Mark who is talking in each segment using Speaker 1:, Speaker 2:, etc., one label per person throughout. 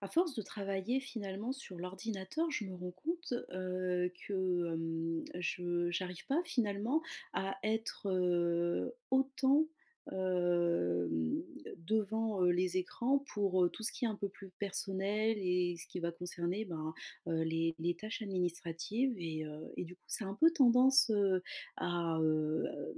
Speaker 1: À force de travailler finalement sur l'ordinateur, je me rends compte que, je n'arrive pas finalement à être, autant, hem, devant, les écrans pour, tout ce qui est un peu plus personnel et ce qui va concerner, ben, les tâches administratives et du coup ça a un peu tendance, à,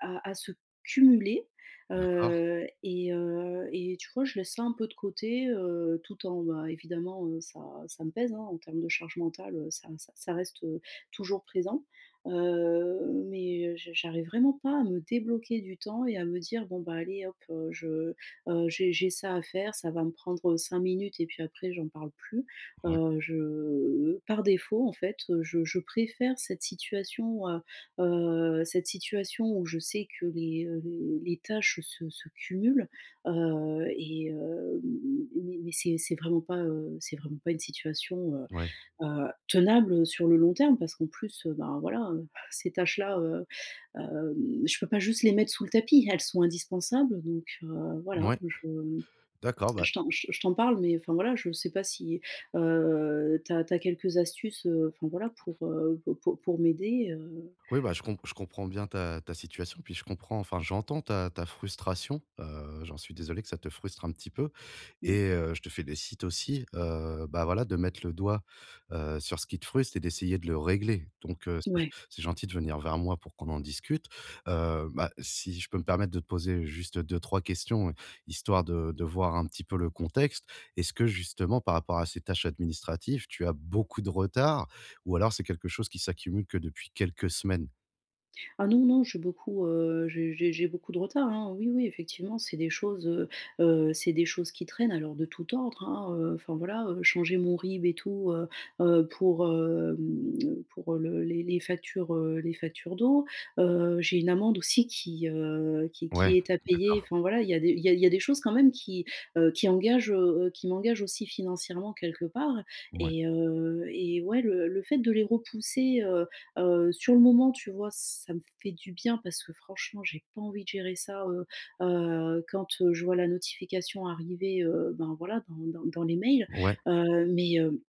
Speaker 1: à se cumuler.
Speaker 2: D'accord,
Speaker 1: Et tu vois, je laisse ça un peu de côté, tout en bah, évidemment, ça me pèse, hein, en termes de charge mentale, ça reste, toujours présent. Mais je j'arrive vraiment pas à me débloquer du temps et à me dire: «Bon bah, allez hop, je, j'ai ça à faire, ça va me prendre, 5 minutes et puis après j'en parle plus».
Speaker 2: ouais,
Speaker 1: Je par défaut en fait, je préfère cette situation où je sais que les, les tâches se cumulent, heu et heu, mais c'est vraiment pas, c'est vraiment pas une situation,
Speaker 2: ouais,
Speaker 1: tenable, sur le long terme parce qu'en plus, ben, voilà, ces tâches-là, je peux pas juste les mettre sous le tapis. Elles sont indispensables donc voilà,
Speaker 2: ouais,
Speaker 1: je
Speaker 2: d'accord, bah,
Speaker 1: je t'en je je t'en parle mais enfin, voilà, je sais pas si, tu as quelques astuces, enfin, voilà, pour, pour m'aider,
Speaker 2: oui, bah, je comprends bien ta situation, puis je comprends, enfin, j'entends ta frustration, j'en suis désolé que ça te frustre un petit peu.
Speaker 1: mmh,
Speaker 2: Et je te félicite aussi, bah, voilà, de mettre le doigt, sur ce qui te frustre et d'essayer de le régler. Donc c'est
Speaker 1: ouais.
Speaker 2: c'est gentil de venir vers moi pour qu'on en discute. Bah, si je peux me permettre de te poser juste deux trois questions, histoire de voir un petit peu le contexte. Est-ce que justement, par rapport à ces tâches administratives, tu as beaucoup de retard ou alors c'est quelque chose qui s'accumule que depuis quelques semaines?
Speaker 1: Ah non, non, j'ai beaucoup, j'ai beaucoup de retard, hein. Oui, oui, effectivement, c'est des choses qui traînent, alors de tout ordre, hein, enfin voilà, changer mon RIB et tout, pour, pour le les factures d'eau. J'ai une amende aussi qui, qui
Speaker 2: Ouais,
Speaker 1: qui est à payer.
Speaker 2: d'accord.
Speaker 1: Enfin voilà, il y a des il y a des choses quand même qui engagent, qui m'engagent aussi financièrement quelque part
Speaker 2: Ouais.
Speaker 1: et ouais, le fait de les repousser, Sur le moment, tu vois, ça me fait du bien parce que franchement, j'ai pas envie de gérer ça, quand, je vois la notification arriver, ben, voilà, dans les mails,
Speaker 2: Ouais.
Speaker 1: heu, mais heu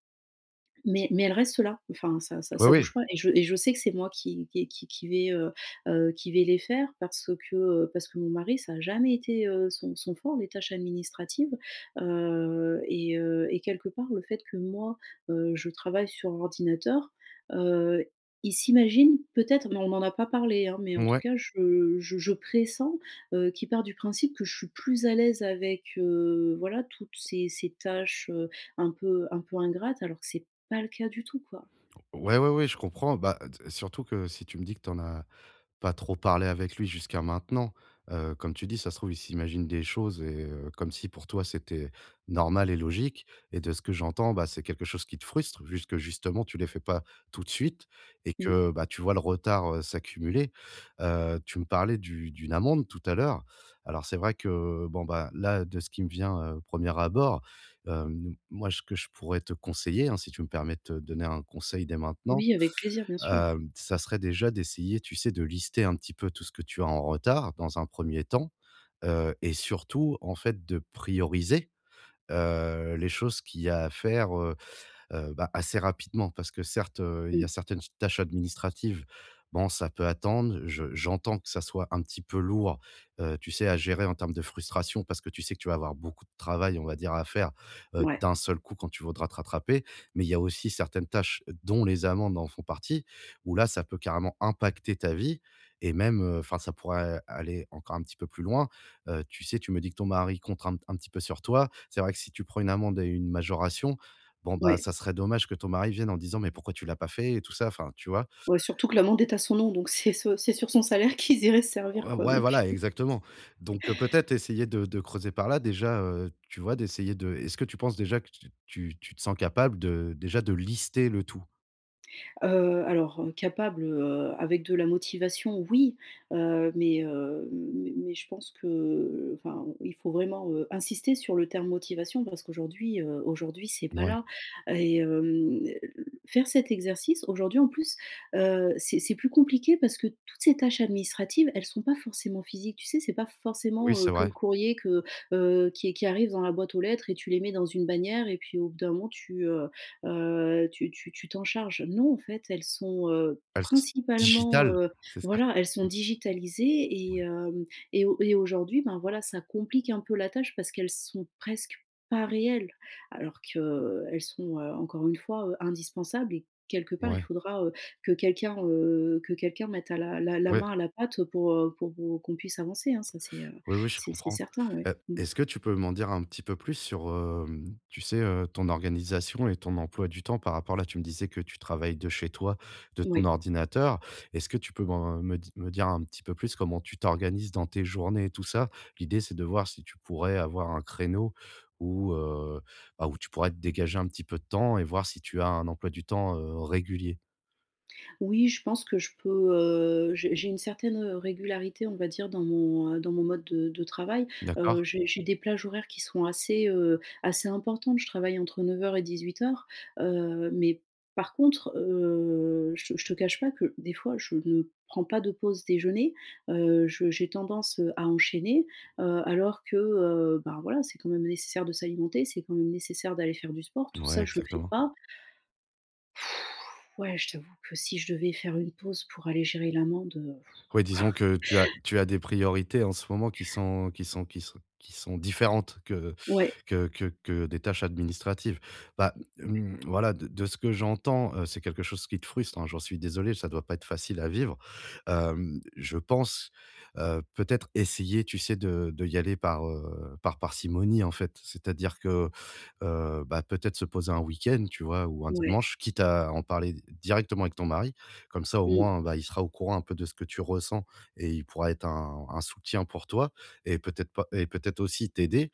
Speaker 1: mais elle reste là, enfin ça ça
Speaker 2: Ouais,
Speaker 1: ça
Speaker 2: oui.
Speaker 1: bouge pas et je sais que c'est moi qui vais, qui vais les faire parce que mon mari, ça n'a jamais été, son fort, les tâches administratives, et quelque part le fait que moi, je travaille sur ordinateur, heu, il s'imagine peut-être, mais on n'en a pas parlé, hein, mais en tout
Speaker 2: Ouais.
Speaker 1: cas je pressens, qu'il part du principe que je suis plus à l'aise avec, voilà toutes ces tâches, un peu ingrates alors que c'est pas le cas du tout, quoi.
Speaker 2: Ouais, ouais, ouais, je comprends. Bah, d surtout que si tu me dis que tu en as pas trop parlé avec lui jusqu'à maintenant. Comme tu dis, ça se trouve, il s'imagine des choses et comme si pour toi c'était normal et logique et de ce que j'entends, bah, c'est quelque chose qui te frustre, vu que justement tu les fais pas tout de suite et
Speaker 1: Mmh.
Speaker 2: que, bah, tu vois le retard, s'accumuler. Tu me parlais du d'une amende tout à l'heure. Alors c'est vrai que, bon, bah, là, de ce qui me vient, au premier abord, moi, ce que je pourrais te conseiller, hein, si tu me permets de te donner un conseil dès maintenant,
Speaker 1: Oui, avec plaisir, bien sûr, ouais.
Speaker 2: ça serait déjà d'essayer, tu sais, de lister un petit peu tout ce que tu as en retard dans un premier temps, et surtout, en fait, de prioriser, les choses qu'il y a à faire, bah, assez rapidement. Parce que certes, il y
Speaker 1: Mmh.
Speaker 2: a certaines tâches administratives, bon, ça peut attendre. Je j'entends que ça soit un petit peu lourd, tu sais, à gérer en termes de frustration parce que tu sais que tu vas avoir beaucoup de travail, on va dire, à faire,
Speaker 1: Ouais,
Speaker 2: d'un seul coup quand tu voudras te rattraper. Mais il y a aussi certaines tâches, dont les amendes en font partie, où là, ça peut carrément impacter ta vie et même, enfin, ça pourrait aller encore un petit peu plus loin. Tu sais, tu me dis que ton mari compte un petit peu sur toi. C'est vrai que si tu prends une amende et une majoration, bon, bah,
Speaker 1: ouais,
Speaker 2: ça serait dommage que ton mari vienne en disant: «Mais pourquoi tu l'as pas fait?» et tout ça, enfin, tu vois?
Speaker 1: ouais, surtout que l'amende est à son nom, donc c'est sur son salaire qu'ils iraient se servir,
Speaker 2: Ouais,
Speaker 1: quoi,
Speaker 2: ouais,
Speaker 1: donc.
Speaker 2: voilà, exactement. Donc, peut-être essayer de creuser par là déjà, tu vois, d'essayer de est-ce que tu penses déjà que tu te sens capable de déjà de lister le tout?
Speaker 1: Alors, capable, avec de la motivation, oui, mais, mais je pense que, enfin, il faut vraiment, insister sur le terme motivation parce qu'aujourd'hui, aujourd'hui, c'est pas
Speaker 2: Ouais,
Speaker 1: là et faire cet exercice aujourd'hui, en plus, c'est plus compliqué parce que toutes ces tâches administratives, elles sont pas forcément physiques. Tu sais, c'est pas
Speaker 2: oui,
Speaker 1: forcément,
Speaker 2: c'est
Speaker 1: que le
Speaker 2: vrai.
Speaker 1: courrier que, qui arrive dans la boîte aux lettres et tu les mets dans une bannière et puis au bout d'un moment tu, tu t'en charges. Non, en fait, elles sont,
Speaker 2: Elles s
Speaker 1: principalement,
Speaker 2: digital, c'est ça?
Speaker 1: voilà, elles sont digitalisées
Speaker 2: Mmh,
Speaker 1: et
Speaker 2: ouais,
Speaker 1: hem et au et aujourd'hui, ben, voilà, ça complique un peu la tâche parce qu'elles sont presque pas réelles, alors qu'elles sont, encore une fois, indispensables et quelque part, il
Speaker 2: ouais.
Speaker 1: faudra, que quelqu'un mette à la
Speaker 2: Ouais.
Speaker 1: main à la pâte pour, pour qu'on puisse avancer, hein. Ça, c'est,
Speaker 2: Oui, oui, je
Speaker 1: c'est
Speaker 2: comprends.
Speaker 1: certain, ouais. Mmh.
Speaker 2: Est-ce que tu peux m'en dire un petit peu plus sur, tu sais, ton organisation et ton emploi du temps par rapport là, tu me disais que tu travailles de chez toi, de ton
Speaker 1: Ouais.
Speaker 2: ordinateur. Est-ce que tu peux m'en me di me dire un petit peu plus comment tu t'organises dans tes journées et tout ça? L'idée, c'est de voir si tu pourrais avoir un créneau où, bah, où tu pourrais te dégager un petit peu de temps et voir si tu as un emploi du temps, régulier.
Speaker 1: Oui, je pense que je peux, j'ai une certaine, régularité, on va dire, dans mon mode de travail.
Speaker 2: D'accord?
Speaker 1: J'ai des plages horaires qui sont assez, assez importantes. Je travaille entre 9 heures et 18:00, mais par contre, je te cache pas que des fois, je ne prends pas de pause déjeuner. Je j'ai tendance, à enchaîner, alors que, ben, voilà, c'est quand même nécessaire de s'alimenter, c'est quand même nécessaire d'aller faire du sport. Tout
Speaker 2: Ouais,
Speaker 1: ça, je le fais
Speaker 2: exactement.
Speaker 1: pas. Ouais, je t'avoue que si je devais faire une pause pour aller gérer l'amende,
Speaker 2: Oui, disons que tu as des priorités en ce moment qui sont différentes que
Speaker 1: ouais,
Speaker 2: que des tâches administratives. Bah, mmh, voilà, de ce que j'entends, c'est quelque chose qui te frustre, hein, j'en suis désolé, ça doit pas être facile à vivre. Je pense, peut-être essayer, tu sais, de y aller par, par parcimonie, en fait. C'est-à-dire que, bah, peut-être se poser un week-end, tu vois? Ou un
Speaker 1: ouais.
Speaker 2: dimanche, quitte à en parler directement avec ton mari comme ça, au
Speaker 1: Mmh.
Speaker 2: moins, bah, il sera au courant un peu de ce que tu ressens et il pourra être un soutien pour toi et peut-être pas, et peut-être aussi t'aider,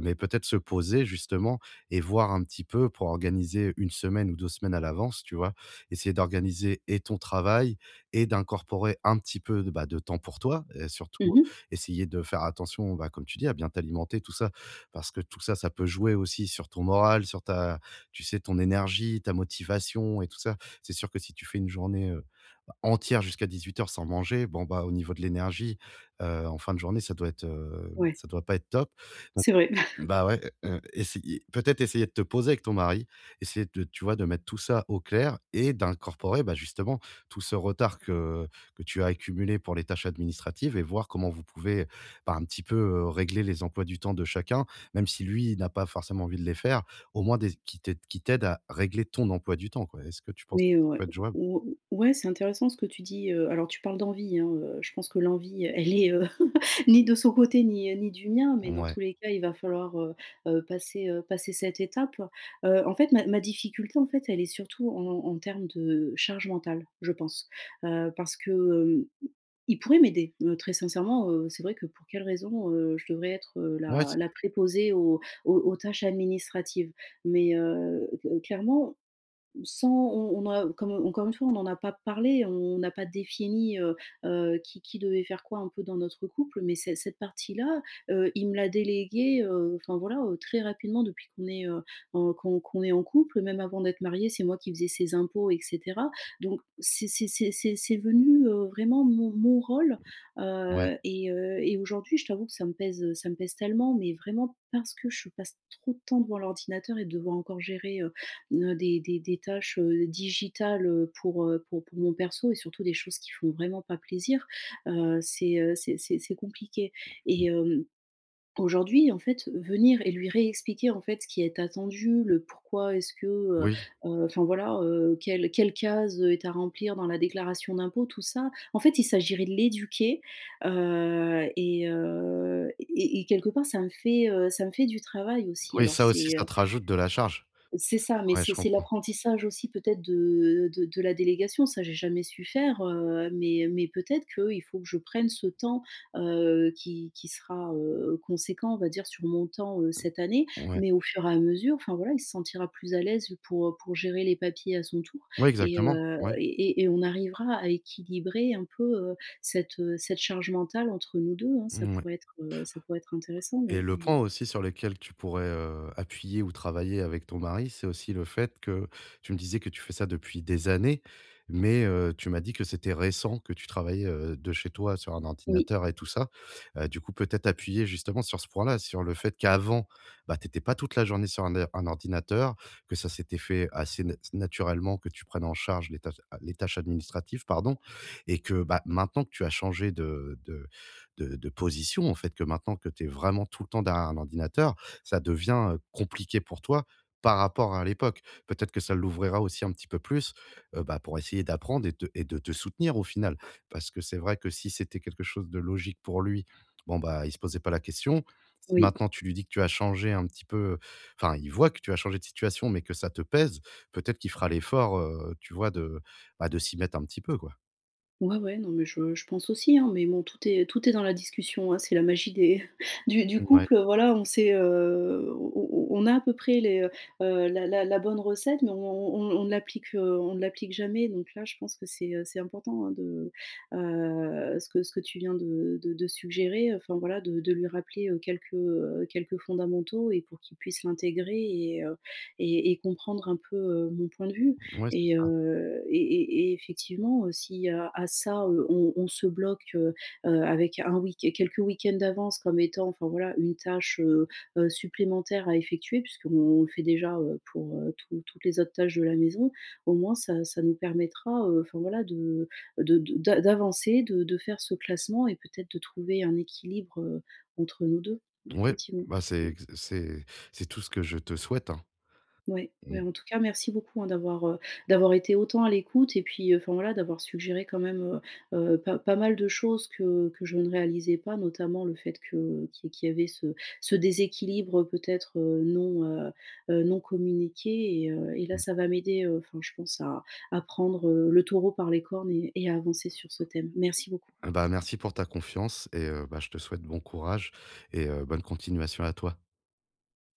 Speaker 2: mais peut-être se poser justement et voir un petit peu pour organiser une semaine ou deux semaines à l'avance, tu vois. Essayer d'organiser et ton travail et d'incorporer un petit peu de, bah, de temps pour toi. Et surtout,
Speaker 1: Mmh.
Speaker 2: essayer de faire attention, bah, comme tu dis, à bien t'alimenter, tout ça, parce que tout ça, ça peut jouer aussi sur ton moral, sur ta, tu sais, ton énergie, ta motivation et tout ça. C'est sûr que si tu fais une journée, entière jusqu'à dix-huit heures sans manger, bon, bah, au niveau de l'énergie, en fin de journée, ça doit être,
Speaker 1: Ouais,
Speaker 2: ça doit pas être top. Donc
Speaker 1: c'est vrai.
Speaker 2: bah, ouais, essayer peut-être essayer de te poser avec ton mari, essayer de tu vois, de mettre tout ça au clair et d'incorporer, bah, justement, tout ce retard que tu as accumulé pour les tâches administratives et voir comment vous pouvez, bah, un petit peu, régler les emplois du temps de chacun. Même si lui il n'a pas forcément envie de les faire, au moins des qu'il t'aide qui t'aide à régler ton emploi du temps, quoi. Est-ce que tu penses que
Speaker 1: Mais
Speaker 2: ça peut être jouable?
Speaker 1: ou ouais, c'est intéressant ce que tu dis, alors tu parles d'envie, hein, je pense que l'envie, elle est, ni de son côté ni, ni du mien, mais dans
Speaker 2: Ouais.
Speaker 1: tous les cas, il va falloir, passer, passer cette étape. En fait, ma difficulté, en fait, elle est surtout en termes de charge mentale, je pense. Parce que, hem, il pourrait m'aider, très sincèrement, c'est vrai que pour quelle raison, je devrais être,
Speaker 2: Ouais,
Speaker 1: la
Speaker 2: c'est
Speaker 1: la préposée aux tâches administratives? Mais clairement sans on a comme encore une fois, on n'en a pas parlé, on n'a pas défini, qui devait faire quoi un peu dans notre couple, mais ce cette partie-là, il me l'a déléguée, enfin voilà, très rapidement depuis qu'on est, en qu'on est en couple, même avant d'être mariés, c'est moi qui faisais ses impôts et cetera. Donc c'est venu, vraiment mon rôle,
Speaker 2: ouais.
Speaker 1: et aujourd'hui, je t'avoue que ça me pèse tellement, mais vraiment parce que je passe trop de temps devant l'ordinateur et de devoir encore gérer, Des tâches, digitales, pour, pour mon perso et surtout des choses qui font vraiment pas plaisir, c'est, c'est compliqué
Speaker 2: Mmh.
Speaker 1: et aujourd'hui, en fait, venir et lui réexpliquer, en fait, ce qui est attendu, le pourquoi est-ce que,
Speaker 2: Oui.
Speaker 1: enfin voilà, quelle case, est à remplir dans la déclaration d'impôt, tout ça, en fait, il s'agirait de l'éduquer, et quelque part ça me fait du travail aussi.
Speaker 2: Oui,
Speaker 1: Alors
Speaker 2: ça aussi, ça te rajoute de la charge.
Speaker 1: c'est ça, mais
Speaker 2: Ouais, je
Speaker 1: c'est
Speaker 2: comprends.
Speaker 1: l'apprentissage aussi peut-être de la délégation. Ça, j'ai jamais su faire, mais peut-être qu'il faut que je prenne ce temps, qui sera, conséquent, on va dire, sur mon temps, cette année.
Speaker 2: Ouais.
Speaker 1: Mais au fur et à mesure, enfin voilà, il se sentira plus à l'aise pour gérer les papiers à son tour
Speaker 2: Ouais,
Speaker 1: et
Speaker 2: exactement.
Speaker 1: heu
Speaker 2: Ouais.
Speaker 1: et et et on arrivera à équilibrer un peu, heu, cette, cette charge mentale entre nous deux, hein.
Speaker 2: Mouais.
Speaker 1: Ça pourrait être intéressant,
Speaker 2: Et
Speaker 1: ouais,
Speaker 2: le
Speaker 1: mais
Speaker 2: point aussi sur lequel tu pourrais, appuyer ou travailler avec ton mari, c'est aussi le fait que tu me disais que tu fais ça depuis des années, mais tu m'as dit que c'était récent que tu travaillais, de chez toi sur un
Speaker 1: oui,
Speaker 2: ordinateur et tout ça. Du coup, peut-être appuyer justement sur ce point-là, sur le fait qu'avant, bah, tu étais pas toute la journée sur un ordinateur, que ça s'était fait assez na naturellement que tu prennes en charge les tâches administratives, pardon et que, bah, maintenant que tu as changé de de position, en fait, que maintenant que tu es vraiment tout le temps derrière un ordinateur, ça devient, compliqué pour toi par rapport à l'époque. Peut-être que ça l'ouvrira aussi un petit peu plus, bah, pour essayer d'apprendre et de te soutenir au final. Parce que c'est vrai que si c'était quelque chose de logique pour lui, bon, bah, il se posait pas la question. Si
Speaker 1: oui.
Speaker 2: maintenant tu lui dis que tu as changé un petit peu, enfin, il voit que tu as changé de situation, mais que ça te pèse, peut-être qu'il fera l'effort, tu vois, de, bah, de s'y mettre un petit peu, quoi.
Speaker 1: Ouais, ouais, non mais je pense aussi, hein, mais bon tout est dans la discussion, hein, c'est la magie des du
Speaker 2: Ouais,
Speaker 1: couple, voilà, on sait, on a à peu près les, la bonne recette, mais on ne l'applique, on ne l'applique jamais, donc là, je pense que c'est important, hein, de, ce que tu viens de suggérer, enfin voilà, de lui rappeler, quelques, quelques fondamentaux et pour qu'il puisse l'intégrer et comprendre un peu, mon point de vue.
Speaker 2: ouais, c'est
Speaker 1: Et
Speaker 2: ça.
Speaker 1: heu et et et effectivement, si à ça, on se bloque, avec un week quelques week-ends d'avance comme étant, enfin voilà, une tâche, supplémentaire à effectuer puisqu'on on le fait déjà, pour, toutes les autres tâches de la maison. Au moins ça nous permettra, enfin voilà de d'a d'avancer, de faire ce classement et peut-être de trouver un équilibre, entre nous 2,
Speaker 2: Ouais,
Speaker 1: effectivement.
Speaker 2: bah, c'est
Speaker 1: Ouais.
Speaker 2: c'est c'est tout ce que je te souhaite, hein.
Speaker 1: Ouais, mais
Speaker 2: Mmh,
Speaker 1: en tout cas, merci beaucoup, hein, d'avoir, d'avoir été autant à l'écoute et puis, enfin, voilà, d'avoir suggéré quand même, pas mal de choses que je ne réalisais pas, notamment le fait que qu'il y avait ce déséquilibre, peut-être, non, non communiqué et là,
Speaker 2: mmh.
Speaker 1: ça va m'aider, enfin, je pense à prendre, le taureau par les cornes et à avancer sur ce thème. Merci beaucoup.
Speaker 2: Bah, merci pour ta confiance et bah, je te souhaite bon courage et bonne continuation à toi.